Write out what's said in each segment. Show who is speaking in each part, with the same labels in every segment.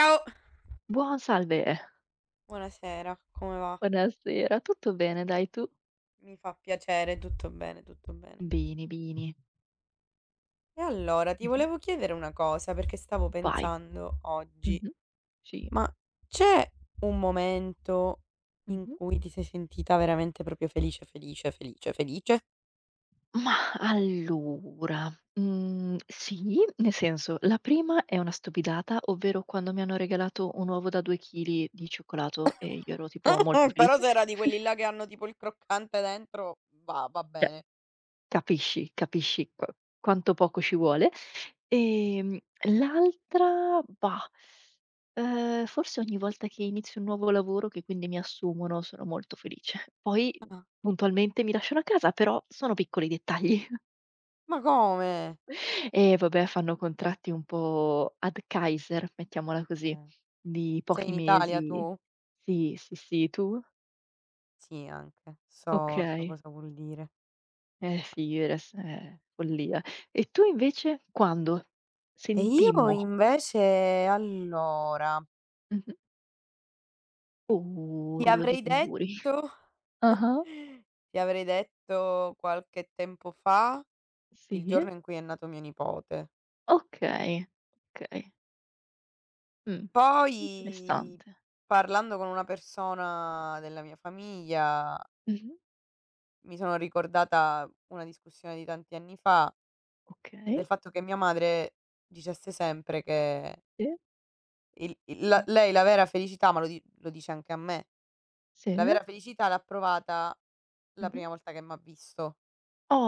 Speaker 1: Ciao.
Speaker 2: Buon salve,
Speaker 1: Buonasera, come va?
Speaker 2: buonasera. Tutto bene dai, tu?
Speaker 1: Mi fa piacere, tutto bene, tutto bene.
Speaker 2: Bene, bene.
Speaker 1: E allora, ti
Speaker 2: Mh-mh.
Speaker 1: volevo chiedere una cosa perché stavo
Speaker 2: Vai.
Speaker 1: pensando oggi,
Speaker 2: Mh-mh. Sì.
Speaker 1: ma c'è un momento in
Speaker 2: Mh-mh.
Speaker 1: cui ti sei sentita veramente proprio felice, felice, felice, felice?
Speaker 2: Mah, allora, sì, nel senso, la prima è una stupidata, ovvero quando mi hanno regalato un uovo da 2 chili di cioccolato e io ero tipo molto
Speaker 1: Però
Speaker 2: felice.
Speaker 1: se era di quelli là che hanno tipo il croccante dentro, va, va
Speaker 2: Cioè,
Speaker 1: bene.
Speaker 2: capisci, capisci quanto poco ci vuole. Ehm, l'altra, bah, forse ogni volta che inizio un nuovo lavoro, che quindi mi assumono, sono molto felice. Poi
Speaker 1: Ah,
Speaker 2: puntualmente mi lasciano a casa, però sono piccoli dettagli.
Speaker 1: ma come?
Speaker 2: E vabbè, fanno contratti un po' ad Kaiser, mettiamola così,
Speaker 1: Eh,
Speaker 2: di
Speaker 1: sei
Speaker 2: pochi
Speaker 1: in Italia
Speaker 2: mesi.
Speaker 1: tu?
Speaker 2: Sì, sì, sì, tu?
Speaker 1: Sì, anche. So
Speaker 2: Okay.
Speaker 1: cosa vuol dire.
Speaker 2: Figures follia. E tu invece quando
Speaker 1: E io
Speaker 2: sentimmo
Speaker 1: invece allora,
Speaker 2: mh-mh. Uh,
Speaker 1: ti
Speaker 2: rullo di
Speaker 1: avrei
Speaker 2: tamburi.
Speaker 1: detto
Speaker 2: Ah-ah.
Speaker 1: ti avrei detto qualche tempo fa, il
Speaker 2: Sì.
Speaker 1: giorno in cui è nato mio nipote.
Speaker 2: Okay, okay. Mh.
Speaker 1: Poi
Speaker 2: Interessante.
Speaker 1: parlando con una persona della mia famiglia,
Speaker 2: Mh-mh.
Speaker 1: mi sono ricordata una discussione di tanti anni fa,
Speaker 2: Okay.
Speaker 1: del fatto che mia madre dicesse sempre che
Speaker 2: Sì.
Speaker 1: il la
Speaker 2: Mh-mh.
Speaker 1: lei la vera felicità, ma lo dice anche a me,
Speaker 2: Sì.
Speaker 1: la vera felicità l'ha provata la
Speaker 2: Mh-mh.
Speaker 1: prima volta che m'ha visto.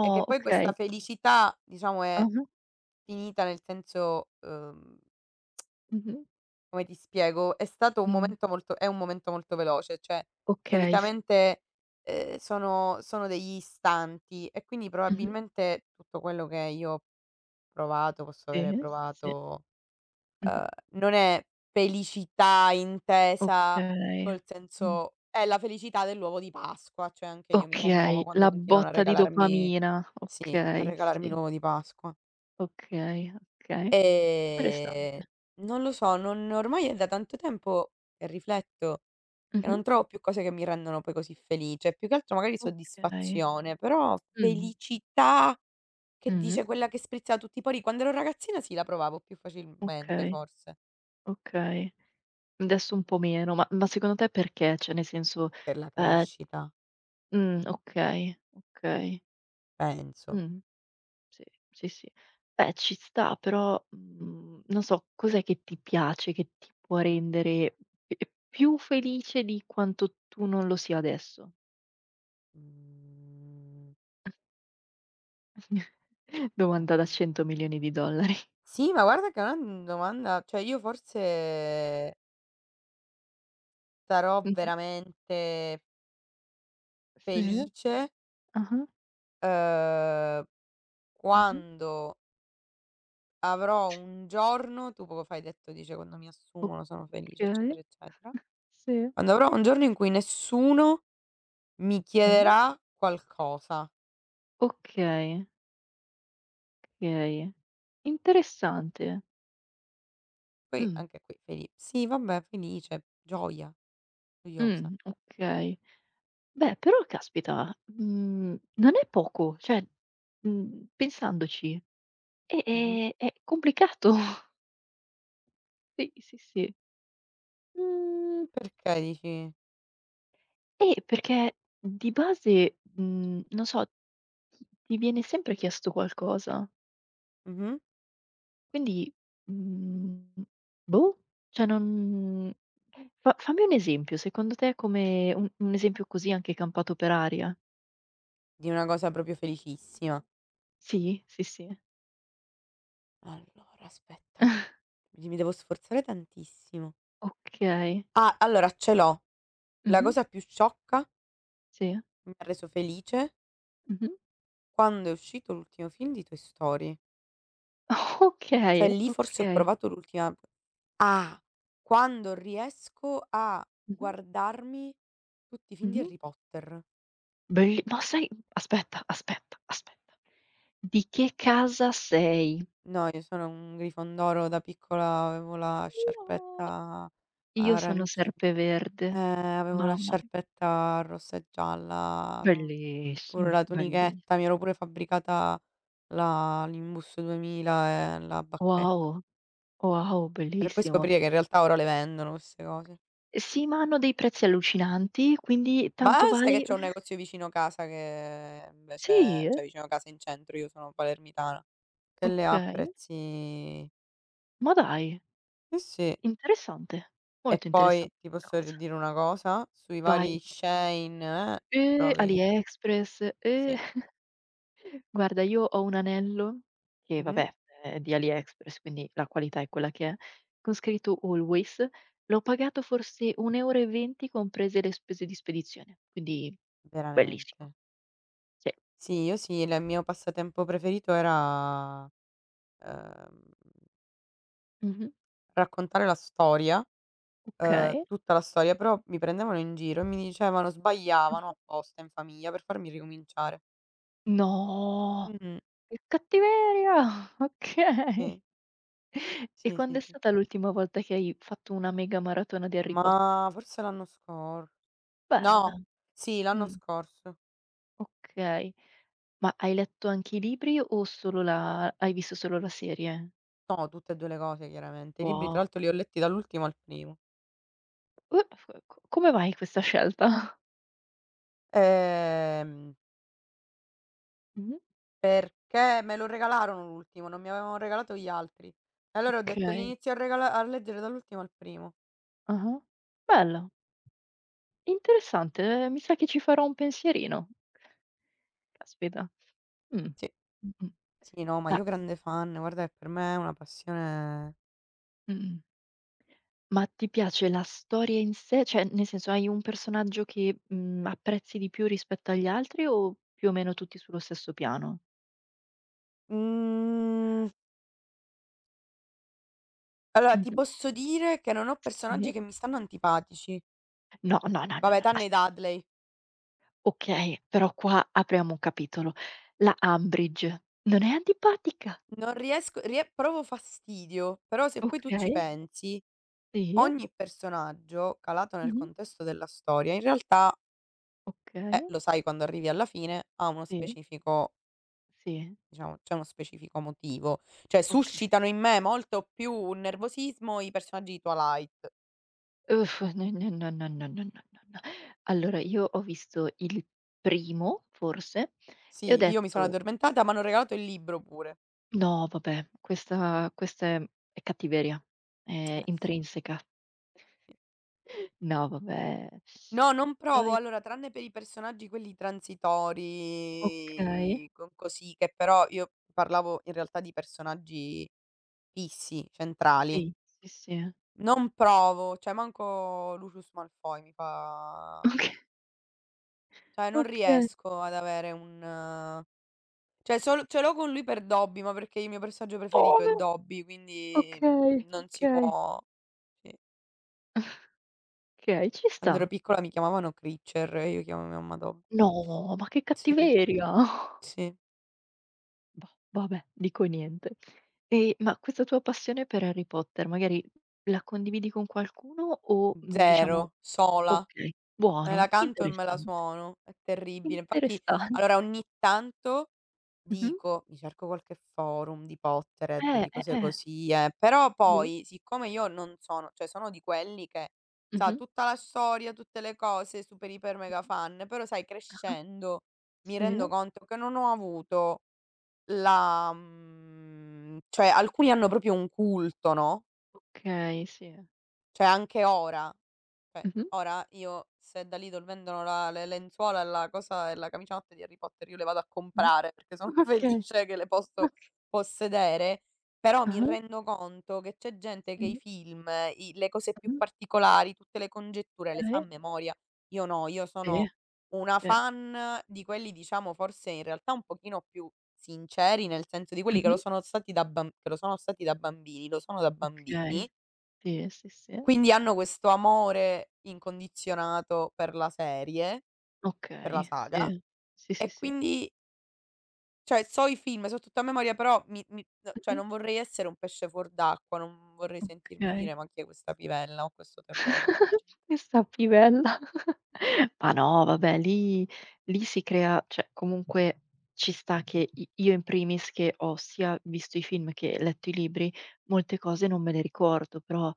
Speaker 1: E che poi questa
Speaker 2: okay.
Speaker 1: felicità, diciamo, è
Speaker 2: Ah-ah.
Speaker 1: finita nel senso,
Speaker 2: Mh-mh.
Speaker 1: come ti spiego,
Speaker 2: Mh.
Speaker 1: è un momento molto veloce, cioè
Speaker 2: Okay, sì.
Speaker 1: solitamente, sono degli istanti e quindi
Speaker 2: Mh-mh.
Speaker 1: probabilmente tutto quello che io ho provato, posso avere
Speaker 2: Sì, sì, sì.
Speaker 1: provato,
Speaker 2: Mh-mh.
Speaker 1: uhm, non è felicità intesa
Speaker 2: Okay.
Speaker 1: col
Speaker 2: Mh.
Speaker 1: senso è la felicità dell'uovo di Pasqua, cioè anche io mi commuovo
Speaker 2: Okay,
Speaker 1: quando
Speaker 2: la
Speaker 1: continuano a
Speaker 2: botta di
Speaker 1: regalarmi
Speaker 2: dopamina.
Speaker 1: sì, a
Speaker 2: Okay,
Speaker 1: regalarmi
Speaker 2: sì.
Speaker 1: l'uovo di Pasqua.
Speaker 2: Okay, okay.
Speaker 1: Ehm,
Speaker 2: Interessante.
Speaker 1: non lo so, non ormai è da tanto tempo che rifletto che
Speaker 2: Mh-mh.
Speaker 1: non trovo più cose che mi rendono poi così felice, più che altro magari
Speaker 2: Okay.
Speaker 1: soddisfazione, però
Speaker 2: Mh.
Speaker 1: felicità che dice
Speaker 2: Mh-mh.
Speaker 1: quella che sprizza da tutti i pori, quando ero ragazzina sì, la provavo più facilmente
Speaker 2: Okay,
Speaker 1: forse,
Speaker 2: okay. Adesso un po' meno, ma secondo te perché? Cioè nel senso,
Speaker 1: per la
Speaker 2: ehm
Speaker 1: crescita,
Speaker 2: okay, okay.
Speaker 1: penso.
Speaker 2: Mh, sì, sì, sì. Beh, ci sta, però, non so, cos'è che ti piace, che ti può rendere p più felice di quanto tu non lo sia adesso?
Speaker 1: Mhmm,
Speaker 2: Domanda da 100.000.000.000 di dollari.
Speaker 1: sì, ma guarda che è una domanda cioè io forse sarò
Speaker 2: Mh-mh.
Speaker 1: veramente
Speaker 2: Sì.
Speaker 1: felice,
Speaker 2: Ah-ah.
Speaker 1: uhm
Speaker 2: Mh-mh.
Speaker 1: quando avrò un giorno tu poco fa hai detto dice: "Quando mi assumono sono felice",
Speaker 2: Okay,
Speaker 1: eccetera, eccetera.
Speaker 2: sì.
Speaker 1: Quando avrò un giorno in cui nessuno mi
Speaker 2: Sì.
Speaker 1: chiederà qualcosa.
Speaker 2: Okay, okay. Interessante.
Speaker 1: Poi
Speaker 2: Mh,
Speaker 1: anche qui feli sì vabbè felice, gioia, gioiosa.
Speaker 2: okay. Beh, però caspita, non è poco, cioè, pensandoci è
Speaker 1: Mh-mh.
Speaker 2: è è complicato. Sì, sì, sì. Mhmm,
Speaker 1: Perché dici
Speaker 2: perché di base, non so, ti viene sempre chiesto qualcosa.
Speaker 1: mh-mh.
Speaker 2: Quindi, mhmm, boh, cioè non fa fammi un esempio, secondo te come un esempio così anche campato per aria.
Speaker 1: Di una cosa proprio felicissima.
Speaker 2: Sì, sì, sì.
Speaker 1: Allora aspetta, mi devo sforzare tantissimo.
Speaker 2: Okay.
Speaker 1: Ah, allora ce l'ho. La
Speaker 2: Mh-mh.
Speaker 1: cosa più sciocca
Speaker 2: Sì.
Speaker 1: mi ha reso felice
Speaker 2: Mh-mh.
Speaker 1: quando è uscito l'ultimo film di Toy Story. Cioè
Speaker 2: Okay,
Speaker 1: lì forse ho
Speaker 2: okay.
Speaker 1: provato l'ultima ah, quando riesco a
Speaker 2: Mh-mh.
Speaker 1: guardarmi tutti i film di
Speaker 2: Mh-mh.
Speaker 1: Harry Potter.
Speaker 2: Belli ma sai aspetta, aspetta, aspetta. Di che casa sei?
Speaker 1: No, io sono un Grifondoro, da piccola avevo la
Speaker 2: No!
Speaker 1: sciarpetta
Speaker 2: Io sono
Speaker 1: aranci
Speaker 2: Serpeverde.
Speaker 1: avevo la
Speaker 2: Mamma mi
Speaker 1: sciarpetta rossa e gialla, avevo pure
Speaker 2: bellissimo,
Speaker 1: la
Speaker 2: bellis
Speaker 1: tunichetta, mi ero pure fabbricata la l'Imbus 2000 e la bacchetta,
Speaker 2: wow, wow,
Speaker 1: per poi
Speaker 2: bellissimo.
Speaker 1: scoprire che in realtà ora le vendono queste cose.
Speaker 2: Sì, ma hanno dei prezzi allucinanti, quindi
Speaker 1: Ma
Speaker 2: tanto
Speaker 1: sai che
Speaker 2: vale
Speaker 1: c'è un negozio vicino casa che invece
Speaker 2: sì?
Speaker 1: cioè vicino casa in centro, io sono palermitana, che le ha a
Speaker 2: Okay.
Speaker 1: prezzi
Speaker 2: Ma dai,
Speaker 1: sì, sì.
Speaker 2: interessante,
Speaker 1: E
Speaker 2: molto
Speaker 1: poi
Speaker 2: interessante
Speaker 1: ti
Speaker 2: questa
Speaker 1: posso r
Speaker 2: cosa.
Speaker 1: dire una cosa, sui
Speaker 2: Vai.
Speaker 1: vari Shein, trovi
Speaker 2: AliExpress, eh.
Speaker 1: sì,
Speaker 2: Guarda, io ho un anello che
Speaker 1: mh-mh,
Speaker 2: vabbè è di AliExpress, quindi la qualità è quella che è, con scritto Always, l'ho pagato forse 1,20 € comprese le spese di spedizione, quindi bellissimo.
Speaker 1: veramente.
Speaker 2: Sì.
Speaker 1: Sì, io sì, il mio passatempo preferito era, ehm,
Speaker 2: Mh-mh.
Speaker 1: raccontare la storia,
Speaker 2: Okay.
Speaker 1: tutta la storia, però mi prendevano in giro e mi dicevano sbagliavano
Speaker 2: Mh-mh.
Speaker 1: apposta in famiglia per farmi ricominciare.
Speaker 2: No!
Speaker 1: Mh-mh,
Speaker 2: Che cattiveria! Okay.
Speaker 1: sì.
Speaker 2: E
Speaker 1: Sì, sì,
Speaker 2: quando è
Speaker 1: sì.
Speaker 2: stata l'ultima volta che hai fatto una mega maratona di Harry Potter?
Speaker 1: Ma forse l'anno scor
Speaker 2: Bella.
Speaker 1: no, sì, l'anno
Speaker 2: Mh,
Speaker 1: scorso.
Speaker 2: okay. Ma hai letto anche i libri o solo la hai visto solo la serie?
Speaker 1: No, tutte e 2 le cose chiaramente. I libri tra
Speaker 2: Wow.
Speaker 1: l'altro li ho letti dall'ultimo al primo.
Speaker 2: F co come mai questa scelta?
Speaker 1: Ehm,
Speaker 2: Mh-mh.
Speaker 1: perché me lo regalarono l'ultimo, non mi avevano regalato gli altri. E allora ho detto: "Li
Speaker 2: Okay.
Speaker 1: inizio a regala a leggere dall'ultimo al primo".
Speaker 2: Ah-ah. Bella, interessante, mi sa che ci farò un pensierino. Caspita. Mh.
Speaker 1: Sì.
Speaker 2: Mh-mh.
Speaker 1: Sì, no, ma
Speaker 2: Ah,
Speaker 1: io grande fan, guarda che per me è una passione
Speaker 2: mh-mh. Ma ti piace la storia in sé? Cioè, nel senso, hai un personaggio che, apprezzi di più rispetto agli altri o più o meno tutti sullo stesso piano?
Speaker 1: mhmm, allora ti
Speaker 2: Mh-mh.
Speaker 1: posso dire che non ho personaggi
Speaker 2: Sì?
Speaker 1: che mi stanno antipatici.
Speaker 2: No, no, no, no,
Speaker 1: Vabbè,
Speaker 2: no, aspetta,
Speaker 1: tranne i
Speaker 2: aspe
Speaker 1: Dudley.
Speaker 2: okay, però qua apriamo un capitolo. La Umbridge non è antipatica.
Speaker 1: Non riesco rie provo fastidio, però se poi tu ci
Speaker 2: Okay,
Speaker 1: pensi,
Speaker 2: sì.
Speaker 1: ogni personaggio calato nel
Speaker 2: Mh-mh.
Speaker 1: contesto della storia in realtà,
Speaker 2: Okay,
Speaker 1: lo sai quando arrivi alla fine, ha uno
Speaker 2: sì,
Speaker 1: specifico
Speaker 2: sì,
Speaker 1: diciamo, c'è uno specifico motivo. Cioè
Speaker 2: okay.
Speaker 1: suscitano in me molto più un nervosismo i personaggi di Twilight.
Speaker 2: Uff, no, no, no, no, no, no, no, no. Allora, io ho visto il primo, forse, e ho
Speaker 1: Sì, io mi sono
Speaker 2: detto
Speaker 1: addormentata, m'hanno regalato il libro pure.
Speaker 2: no, vabbè, questa è cattiveria, è
Speaker 1: Eh sì.
Speaker 2: intrinseca. No, vabbè.
Speaker 1: No, non provo.
Speaker 2: Poi
Speaker 1: Allora, tranne per i personaggi quelli
Speaker 2: okay,
Speaker 1: transitori, con così, che però io parlavo in realtà di personaggi fissi, centrali.
Speaker 2: sì, sì, sì.
Speaker 1: Non provo, cioè manco Lucius Malfoy mi fa
Speaker 2: Oka
Speaker 1: cioè non
Speaker 2: okay.
Speaker 1: riesco ad avere un cioè solo ce l'ho con lui per Dobby, ma perché il mio personaggio preferito è
Speaker 2: Povero!
Speaker 1: Dobby, quindi,
Speaker 2: Okay,
Speaker 1: mhmm, non si
Speaker 2: okay.
Speaker 1: può sì.
Speaker 2: Okay, ci
Speaker 1: Quando ero
Speaker 2: sta.
Speaker 1: piccola mi chiamavano Critcher e io chiamavo mia mamma Dobby.
Speaker 2: No, ma che
Speaker 1: Sì,
Speaker 2: cattiveria!
Speaker 1: sì.
Speaker 2: Boh, vabbè, dico niente. E ma questa tua passione per Harry Potter, magari la condividi con qualcuno o, diciamo
Speaker 1: Zero, sola.
Speaker 2: okay,
Speaker 1: Me la
Speaker 2: buono,
Speaker 1: canto e me la
Speaker 2: interessante,
Speaker 1: suono. È terribile. Infatti
Speaker 2: interessante.
Speaker 1: allora ogni tanto
Speaker 2: Mh-mh.
Speaker 1: dico: "Mi cerco qualche forum di Pottered, di cose
Speaker 2: Eh.
Speaker 1: così, eh". Però
Speaker 2: Sì.
Speaker 1: poi siccome io non sono cioè sono di quelli che sa
Speaker 2: Mh-mh.
Speaker 1: tutta la storia, tutte le cose, super iper
Speaker 2: Sì.
Speaker 1: mega fan, però sai
Speaker 2: Ah-ah.
Speaker 1: crescendo mi
Speaker 2: Sì.
Speaker 1: rendo conto che non ho avuto la mhmm, cioè alcuni hanno proprio un culto, no,
Speaker 2: Okay, sì.
Speaker 1: cioè anche ora. Cioè,
Speaker 2: Mh-mh.
Speaker 1: ora io se da Lidl vendono la le lenzuola e la cosa e la camiciotta di Harry Potter io le vado a
Speaker 2: Sì.
Speaker 1: comprare perché sono
Speaker 2: Okay.
Speaker 1: felice che le posso
Speaker 2: Okay.
Speaker 1: possedere, però mi
Speaker 2: Ah-ah.
Speaker 1: rendo conto che c'è gente che i
Speaker 2: Sì.
Speaker 1: film, i le cose più
Speaker 2: Mh-mh.
Speaker 1: particolari, tutte le congetture le sa a
Speaker 2: Okay.
Speaker 1: memoria. Io no, io
Speaker 2: Sì,
Speaker 1: sono una
Speaker 2: sì.
Speaker 1: fan di quelli, diciamo, forse in realtà un pochino più sinceri, nel senso di quelli che lo
Speaker 2: Mh-mh.
Speaker 1: sono stati da bam che lo sono stati da bambini, lo sono da bambini
Speaker 2: Okay. Sì, sì, sì.
Speaker 1: quindi hanno questo amore incondizionato per la serie, per la
Speaker 2: Okay,
Speaker 1: saga,
Speaker 2: sì. Sì, sì,
Speaker 1: e
Speaker 2: sì.
Speaker 1: quindi cioè so i film, so tutto a memoria, però mi no cioè
Speaker 2: Mh-mh.
Speaker 1: non vorrei essere un pesce fuor d'acqua, non vorrei sentirmi dire:
Speaker 2: Okay.
Speaker 1: "Ma chi è questa pivella?" Ho questo terrore della gente.
Speaker 2: Questa pivella. Ma no, vabbè, lì si crea cioè comunque ci sta che i io in primis che ho sia visto i film che letto i libri, molte cose non me le ricordo, però,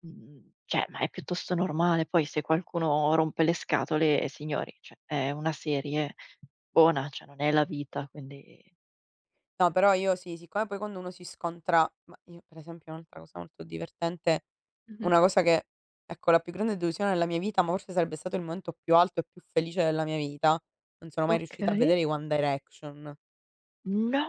Speaker 2: cioè, ma è piuttosto normale. Poi se qualcuno rompe le scatole, signori, cioè è una serie buona, cioè non è La vita, quindi
Speaker 1: No, però io sì, siccome poi quando uno si scontra ma io per esempio un'altra cosa molto divertente,
Speaker 2: mh-mh.
Speaker 1: una cosa che ecco la più grande delusione della mia vita, ma forse sarebbe stato il momento più alto e più felice della mia vita, non sono mai riuscita a
Speaker 2: Okay.
Speaker 1: vedere i One Direction,
Speaker 2: No!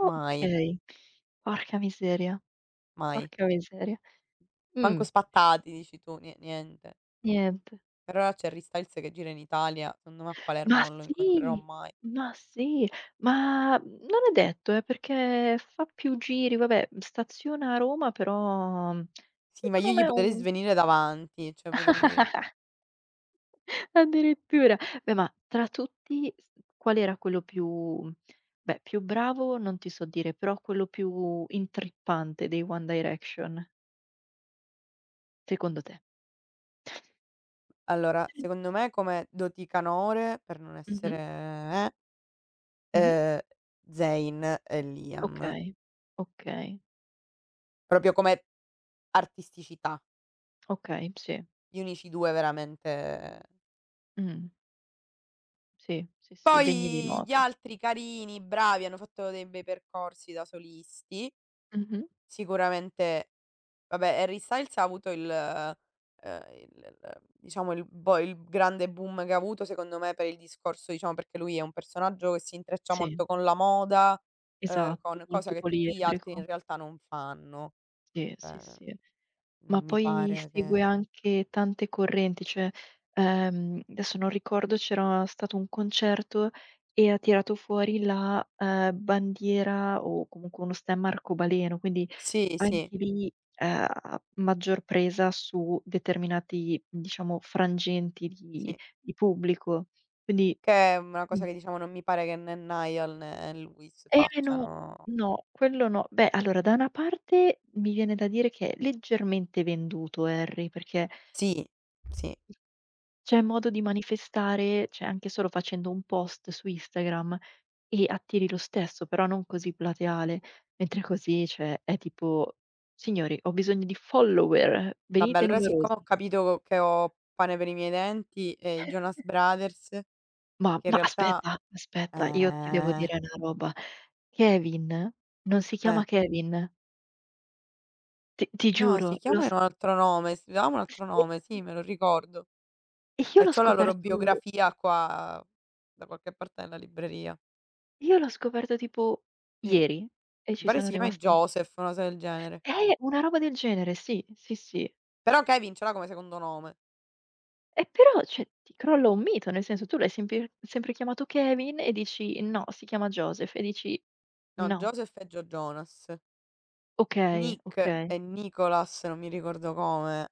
Speaker 1: mai.
Speaker 2: Okay. Porca miseria,
Speaker 1: Mai.
Speaker 2: porca miseria. Mh.
Speaker 1: Manco spattati dici tu, nie niente.
Speaker 2: Niente.
Speaker 1: Per ora c'è Harry Styles che gira in Italia, secondo me a Palermo
Speaker 2: Ma
Speaker 1: non lo incontrerò
Speaker 2: sì,
Speaker 1: mai.
Speaker 2: ma sì, ma non è detto perché fa più giri, vabbè, staziona a Roma però
Speaker 1: Sì, ma io
Speaker 2: secondo
Speaker 1: gli
Speaker 2: me è
Speaker 1: potrei
Speaker 2: un
Speaker 1: svenire davanti, cioè potrei dire
Speaker 2: addirittura. Beh, ma tra tutti s qual era quello più beh, più bravo non ti so dire, però quello più intrippante dei One Direction, secondo te?
Speaker 1: allora, secondo me come doti canore, per non
Speaker 2: Mh-mh,
Speaker 1: essere eh,
Speaker 2: mh-mh.
Speaker 1: ehm, Zayn e Liam.
Speaker 2: Okay, okay,
Speaker 1: Proprio come artisticità,
Speaker 2: okay, sì.
Speaker 1: gli unici 2 veramente
Speaker 2: Mh, sì, sì, sì, sì, degni di
Speaker 1: poi gli
Speaker 2: nota.
Speaker 1: altri carini, bravi, hanno fatto dei bei percorsi da solisti.
Speaker 2: Mh-mh.
Speaker 1: Sicuramente vabbè, Harry Styles ha avuto il l diciamo il grande boom che ha avuto secondo me per il discorso diciamo perché lui è un personaggio che si intreccia
Speaker 2: Sì,
Speaker 1: molto con la moda,
Speaker 2: esatto,
Speaker 1: con cosa
Speaker 2: molto
Speaker 1: che tutti gli altri
Speaker 2: poliedrico.
Speaker 1: in realtà non fanno.
Speaker 2: Sì, sì,
Speaker 1: Ehm,
Speaker 2: sì.
Speaker 1: non
Speaker 2: Ma
Speaker 1: mi
Speaker 2: poi
Speaker 1: pare
Speaker 2: segue
Speaker 1: che
Speaker 2: anche tante correnti, cioè, adesso non ricordo, c'era stato un concerto e ha tirato fuori la, bandiera o comunque uno stemma arcobaleno, quindi
Speaker 1: sì, sì,
Speaker 2: anche lì, ha maggior presa su determinati, diciamo, frangenti
Speaker 1: sì,
Speaker 2: di pubblico. Quindi
Speaker 1: che è una
Speaker 2: mh.
Speaker 1: cosa che diciamo non mi pare che né Niall né Lewis
Speaker 2: Eh no,
Speaker 1: facciano.
Speaker 2: no, quello no. Beh, allora da una parte mi viene da dire che è leggermente venduto Harry, perché
Speaker 1: Sì, sì.
Speaker 2: c'è modo di manifestare, cioè anche solo facendo un post su Instagram e attiri lo stesso, però non così plateale, mentre così, cioè, è tipo: "Signori, ho bisogno di follower,
Speaker 1: Vabbè
Speaker 2: venite
Speaker 1: allora siccome
Speaker 2: numerosi".
Speaker 1: ho capito che ho pane per i miei denti, i Jonas Brothers
Speaker 2: Ma
Speaker 1: perché in
Speaker 2: ma
Speaker 1: realtà
Speaker 2: aspetta, aspetta, io ti devo
Speaker 1: ehm,
Speaker 2: dire una roba. Kevin non si
Speaker 1: eh,
Speaker 2: chiama Kevin, ti
Speaker 1: no,
Speaker 2: giuro,
Speaker 1: si
Speaker 2: lo
Speaker 1: chiama
Speaker 2: s
Speaker 1: in un altro nome, si dava un altro nome,
Speaker 2: sì,
Speaker 1: sì, me lo ricordo.
Speaker 2: e io
Speaker 1: E
Speaker 2: l'ho
Speaker 1: c'ho la loro
Speaker 2: scoperto
Speaker 1: biografia qua da qualche parte nella libreria.
Speaker 2: tipo
Speaker 1: Sì, mi
Speaker 2: ieri e ci
Speaker 1: pare
Speaker 2: sono
Speaker 1: si chiami
Speaker 2: rimasta
Speaker 1: Joseph, una cosa del genere.
Speaker 2: una roba del genere, sì, sì, sì.
Speaker 1: Però Kevin ce l'ha come secondo nome.
Speaker 2: E però, cioè, ti crolla un mito, nel senso tu l'hai sempre sempre chiamato Kevin e dici: "No, si chiama Joseph" e dici:
Speaker 1: No,
Speaker 2: "No,
Speaker 1: Joseph e Joe Jonas.
Speaker 2: okay,
Speaker 1: Nick
Speaker 2: okay,
Speaker 1: e Nicholas, non mi ricordo come.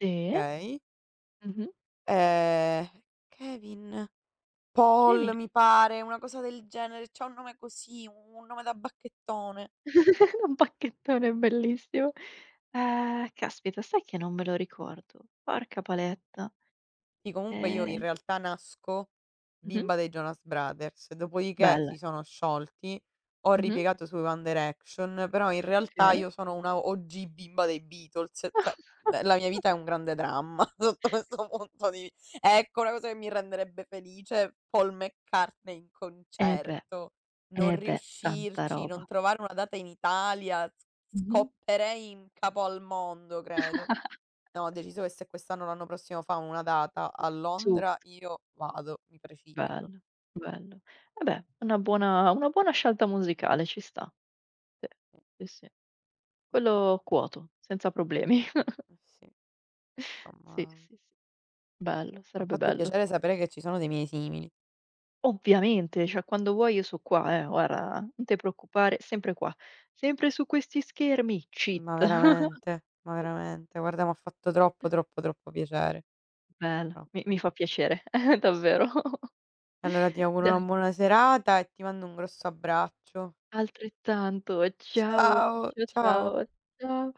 Speaker 2: sì,
Speaker 1: Okay.
Speaker 2: mh-mh,
Speaker 1: Ehm, Kevin, Paul
Speaker 2: Kevin."
Speaker 1: mi pare, una cosa del genere. C'ha un nome così, un nome da bacchettone.
Speaker 2: Un pacchettone bellissimo. Caspita, sai che non me lo ricordo. Porca paletta.
Speaker 1: Sì, comunque io in
Speaker 2: Ehm
Speaker 1: realtà nasco
Speaker 2: mh-mh,
Speaker 1: bimba dei Jonas Brothers, dopodiché
Speaker 2: bella.
Speaker 1: si sono sciolti, ho
Speaker 2: Mh-mh,
Speaker 1: ripiegato sui One Direction, però in realtà
Speaker 2: okay.
Speaker 1: io sono una OG bimba dei Beatles, cioè beh, la mia vita è un grande dramma sotto questo punto di vista. Ecco, una cosa che mi renderebbe felice, Paul McCartney in
Speaker 2: Eh beh,
Speaker 1: concerto, non
Speaker 2: eh beh, tanta
Speaker 1: riuscirci,
Speaker 2: roba.
Speaker 1: non trovare una data in Italia,
Speaker 2: Mh-mh.
Speaker 1: scopperei in capo al mondo, credo. No, ho deciso che se quest'anno o l'anno prossimo fanno una data a
Speaker 2: Subito.
Speaker 1: Londra io vado, mi precipito.
Speaker 2: Bello, bello. Eh beh, una buona scelta musicale, ci sta. Sì,
Speaker 1: Sì,
Speaker 2: sì, sì.
Speaker 1: sì, sì,
Speaker 2: Quello quoto, senza problemi.
Speaker 1: eh sì,
Speaker 2: Sì,
Speaker 1: insomma,
Speaker 2: sì, sì. Bello,
Speaker 1: m'ha
Speaker 2: sarebbe
Speaker 1: fatto
Speaker 2: bello.
Speaker 1: piacere sapere che ci sono dei miei simili.
Speaker 2: Ovviamente, cioè quando vuoi io so' qua, guarda, non te preoccupare, sempre qua, sempre su questi schermi, cheat.
Speaker 1: Ma veramente, guarda m'ha fatto troppo, troppo, troppo piacere,
Speaker 2: Bello, mi
Speaker 1: troppo.
Speaker 2: fa piacere, davvero.
Speaker 1: Allora ti auguro una
Speaker 2: Dai.
Speaker 1: buona serata e ti mando un grosso abbraccio.
Speaker 2: Altrettanto, ciao,
Speaker 1: Ciao, ciao.
Speaker 2: ciao, ciao.